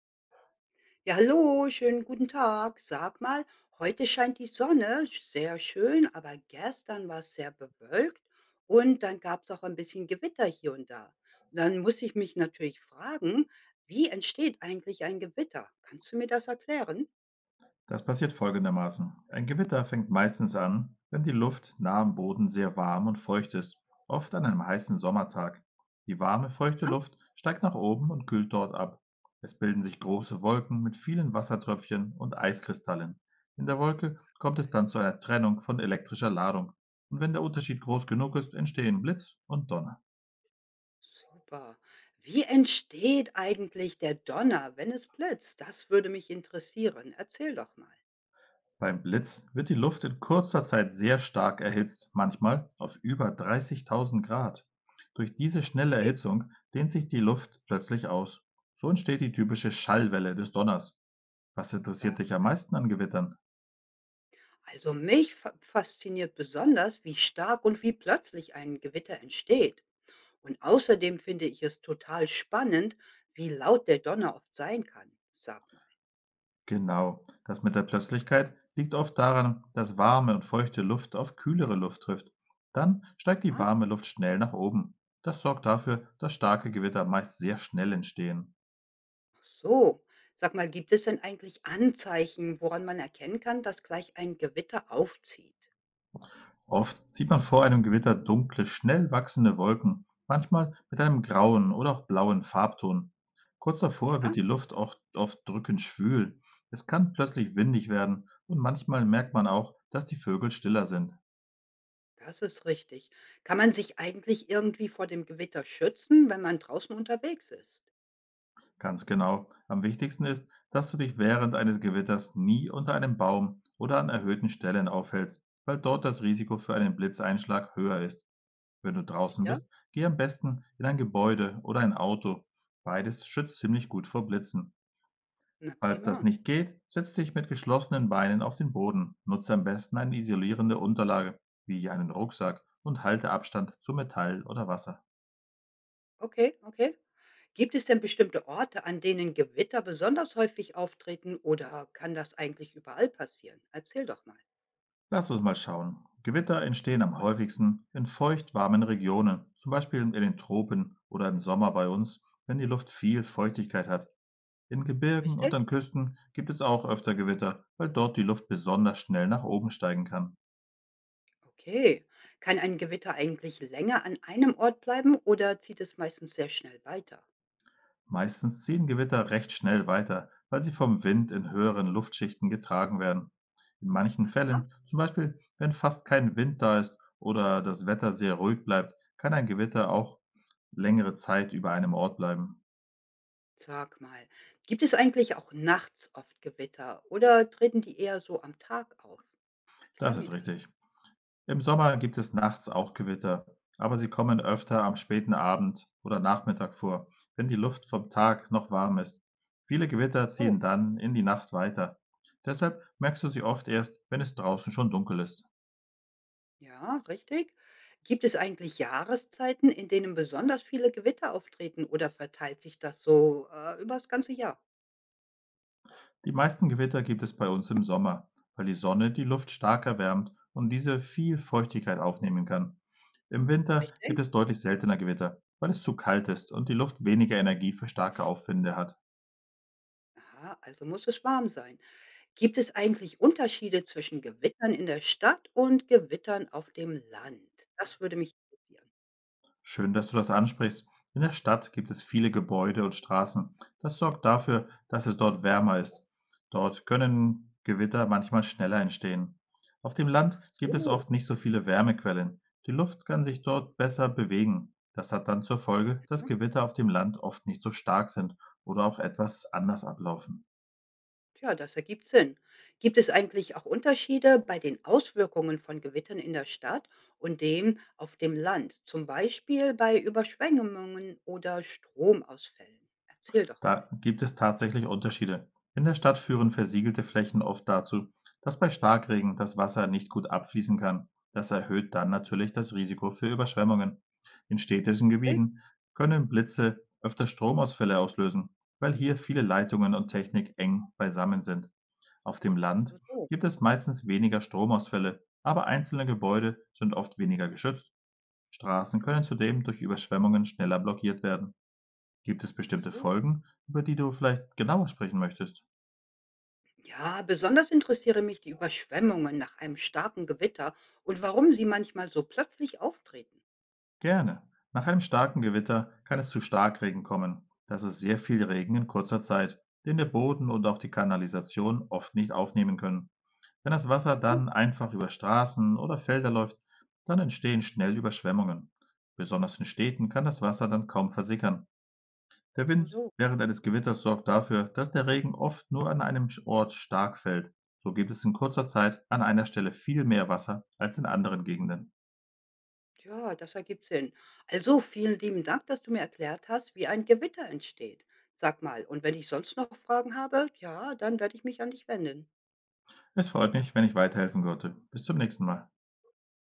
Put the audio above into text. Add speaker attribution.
Speaker 1: Ja, hallo, schönen guten Tag. Sag mal, heute scheint die Sonne, sehr schön, aber gestern war es sehr bewölkt und dann gab es auch ein bisschen Gewitter hier und da. Und dann muss ich mich natürlich fragen, wie entsteht eigentlich ein Gewitter? Kannst du mir das erklären?
Speaker 2: Das passiert folgendermaßen. Ein Gewitter fängt meistens an, wenn die Luft nah am Boden sehr warm und feucht ist, oft an einem heißen Sommertag. Die warme, feuchte
Speaker 1: Ah,
Speaker 2: Luft steigt nach oben und kühlt dort ab. Es bilden sich große Wolken mit vielen Wassertröpfchen und Eiskristallen. In der Wolke kommt es dann zu einer Trennung von elektrischer Ladung. Und wenn der Unterschied groß genug ist, entstehen Blitz und Donner.
Speaker 1: super. Wie entsteht eigentlich der Donner, wenn es blitzt? Das würde mich interessieren. Erzähl doch mal.
Speaker 2: Beim Blitz wird die Luft in kurzer Zeit sehr stark erhitzt, manchmal auf über 30.000 Grad. Durch diese schnelle
Speaker 1: Okay,
Speaker 2: Erhitzung dehnt sich die Luft plötzlich aus. So entsteht die typische Schallwelle des Donners. Was interessiert dich
Speaker 1: sag.
Speaker 2: am meisten an Gewittern?
Speaker 1: Also mich fa fasziniert besonders, wie stark und wie plötzlich ein Gewitter entsteht. Und außerdem finde ich es total spannend, wie laut der Donner oft sein kann. Sag mal.
Speaker 2: Genau, das mit der Plötzlichkeit liegt oft daran, dass warme und feuchte Luft auf kühlere Luft trifft. Dann steigt die
Speaker 1: Ah,
Speaker 2: warme Luft schnell nach oben. Das sorgt dafür, dass starke Gewitter meist sehr schnell entstehen.
Speaker 1: ach so. Sag mal, gibt es denn eigentlich Anzeichen, woran man erkennen kann, dass gleich ein Gewitter aufzieht?
Speaker 2: Oft sieht man vor einem Gewitter dunkle, schnell wachsende Wolken, manchmal mit einem grauen oder auch blauen Farbton. Kurz davor
Speaker 1: Ja,
Speaker 2: wird die Luft auch oft drückend schwül. Es kann plötzlich windig werden und manchmal merkt man auch, dass die Vögel stiller sind.
Speaker 1: das ist richtig. Kann man sich eigentlich irgendwie vor dem Gewitter schützen, wenn man draußen unterwegs ist?
Speaker 2: Ganz genau. Am wichtigsten ist, dass du dich während eines Gewitters nie unter einem Baum oder an erhöhten Stellen aufhältst, weil dort das Risiko für einen Blitzeinschlag höher ist. Wenn du draußen
Speaker 1: Sicher?
Speaker 2: bist, geh am besten in ein Gebäude oder ein Auto. Beides schützt ziemlich gut vor Blitzen.
Speaker 1: Na
Speaker 2: Falls das
Speaker 1: prima.
Speaker 2: nicht geht, setz dich mit geschlossenen Beinen auf den Boden. Nutze am besten eine isolierende Unterlage, wie einen Rucksack, und halte Abstand zu Metall oder Wasser.
Speaker 1: Okay, okay. Gibt es denn bestimmte Orte, an denen Gewitter besonders häufig auftreten oder kann das eigentlich überall passieren? Erzähl doch mal.
Speaker 2: Lass uns mal schauen. Gewitter entstehen am häufigsten in feucht-warmen Regionen, zum Beispiel in den Tropen oder im Sommer bei uns, wenn die Luft viel Feuchtigkeit hat. In Gebirgen und
Speaker 1: Richtig?
Speaker 2: an Küsten gibt es auch öfter Gewitter, weil dort die Luft besonders schnell nach oben steigen kann.
Speaker 1: Okay. Kann ein Gewitter eigentlich länger an einem Ort bleiben oder zieht es meistens sehr schnell weiter?
Speaker 2: Meistens ziehen Gewitter recht schnell weiter, weil sie vom Wind in höheren Luftschichten getragen werden. In manchen
Speaker 1: Ja?
Speaker 2: Fällen, zum Beispiel wenn fast kein Wind da ist oder das Wetter sehr ruhig bleibt, kann ein Gewitter auch längere Zeit über einem Ort bleiben.
Speaker 1: Sag mal, gibt es eigentlich auch nachts oft Gewitter oder treten die eher so am Tag auf? Erklär
Speaker 2: Das
Speaker 1: mir
Speaker 2: ist
Speaker 1: das.
Speaker 2: richtig. Im Sommer gibt es nachts auch Gewitter, aber sie kommen öfter am späten Abend oder Nachmittag vor, wenn die Luft vom Tag noch warm ist. Viele
Speaker 1: So,
Speaker 2: Gewitter
Speaker 1: so.
Speaker 2: ziehen dann in die Nacht weiter. Deshalb merkst du sie oft erst, wenn es draußen schon dunkel ist.
Speaker 1: Ja, richtig. Gibt es eigentlich Jahreszeiten, in denen besonders viele Gewitter auftreten oder verteilt sich das so über das ganze Jahr?
Speaker 2: Die meisten Gewitter gibt es bei uns im Sommer, weil die Sonne die Luft stark erwärmt und diese viel Feuchtigkeit aufnehmen kann. Im Winter gibt
Speaker 1: Richtig?
Speaker 2: es deutlich seltener Gewitter, weil es zu kalt ist und die Luft weniger Energie für starke Aufwinde hat.
Speaker 1: Aha, also muss es warm sein. Gibt es eigentlich Unterschiede zwischen Gewittern in der Stadt und Gewittern auf dem Land? Das würde mich interessieren.
Speaker 2: Schön, dass du das ansprichst. In der Stadt gibt es viele Gebäude und Straßen. Das sorgt dafür, dass es dort wärmer ist. Dort können Gewitter manchmal schneller entstehen. Auf dem Land
Speaker 1: Ach
Speaker 2: gibt es
Speaker 1: so,
Speaker 2: oft nicht so viele Wärmequellen. Die Luft kann sich dort besser bewegen. Das hat dann zur Folge, dass
Speaker 1: ja.
Speaker 2: Gewitter auf dem Land oft nicht so stark sind oder auch etwas anders ablaufen.
Speaker 1: Tja, das ergibt Sinn. Gibt es eigentlich auch Unterschiede bei den Auswirkungen von Gewittern in der Stadt und dem auf dem Land, zum Beispiel bei Überschwemmungen oder Stromausfällen? Erzähl doch mal.
Speaker 2: Da gibt es tatsächlich Unterschiede. In der Stadt führen versiegelte Flächen oft dazu, dass bei Starkregen das Wasser nicht gut abfließen kann. Das erhöht dann natürlich das Risiko für Überschwemmungen. In städtischen
Speaker 1: Richtig?
Speaker 2: Gebieten können Blitze öfter Stromausfälle auslösen, weil hier viele Leitungen und Technik eng beisammen sind. Auf dem Land
Speaker 1: So, so.
Speaker 2: gibt es meistens weniger Stromausfälle, aber einzelne Gebäude sind oft weniger geschützt. Straßen
Speaker 1: Aha.
Speaker 2: können zudem durch Überschwemmungen schneller blockiert werden. Gibt es
Speaker 1: Ach
Speaker 2: bestimmte
Speaker 1: so.
Speaker 2: Folgen, über die du vielleicht genauer sprechen möchtest?
Speaker 1: Ja, besonders interessiere mich die Überschwemmungen nach einem starken Gewitter und warum sie manchmal so plötzlich auftreten.
Speaker 2: Gerne. Nach einem starken Gewitter kann es zu Starkregen kommen. Das ist sehr viel Regen in kurzer Zeit, den der Boden und auch die Kanalisation oft nicht aufnehmen können. Wenn das Wasser
Speaker 1: Ja,
Speaker 2: dann einfach über Straßen oder Felder läuft, dann entstehen schnell Überschwemmungen. Besonders in Städten kann das Wasser dann kaum versickern. Der
Speaker 1: so,
Speaker 2: Wind
Speaker 1: so.
Speaker 2: während eines Gewitters sorgt dafür, dass der Regen oft nur an einem Ort stark fällt. So gibt es in kurzer Zeit an einer Stelle viel mehr Wasser als in anderen Gegenden.
Speaker 1: Ja, das ergibt Sinn. Also vielen lieben Dank, dass du mir erklärt hast, wie ein Gewitter entsteht. Sag mal, und wenn ich sonst noch Fragen habe, ja, dann werde ich mich an dich wenden.
Speaker 2: Es freut mich, wenn ich weiterhelfen konnte. Bis zum nächsten Mal.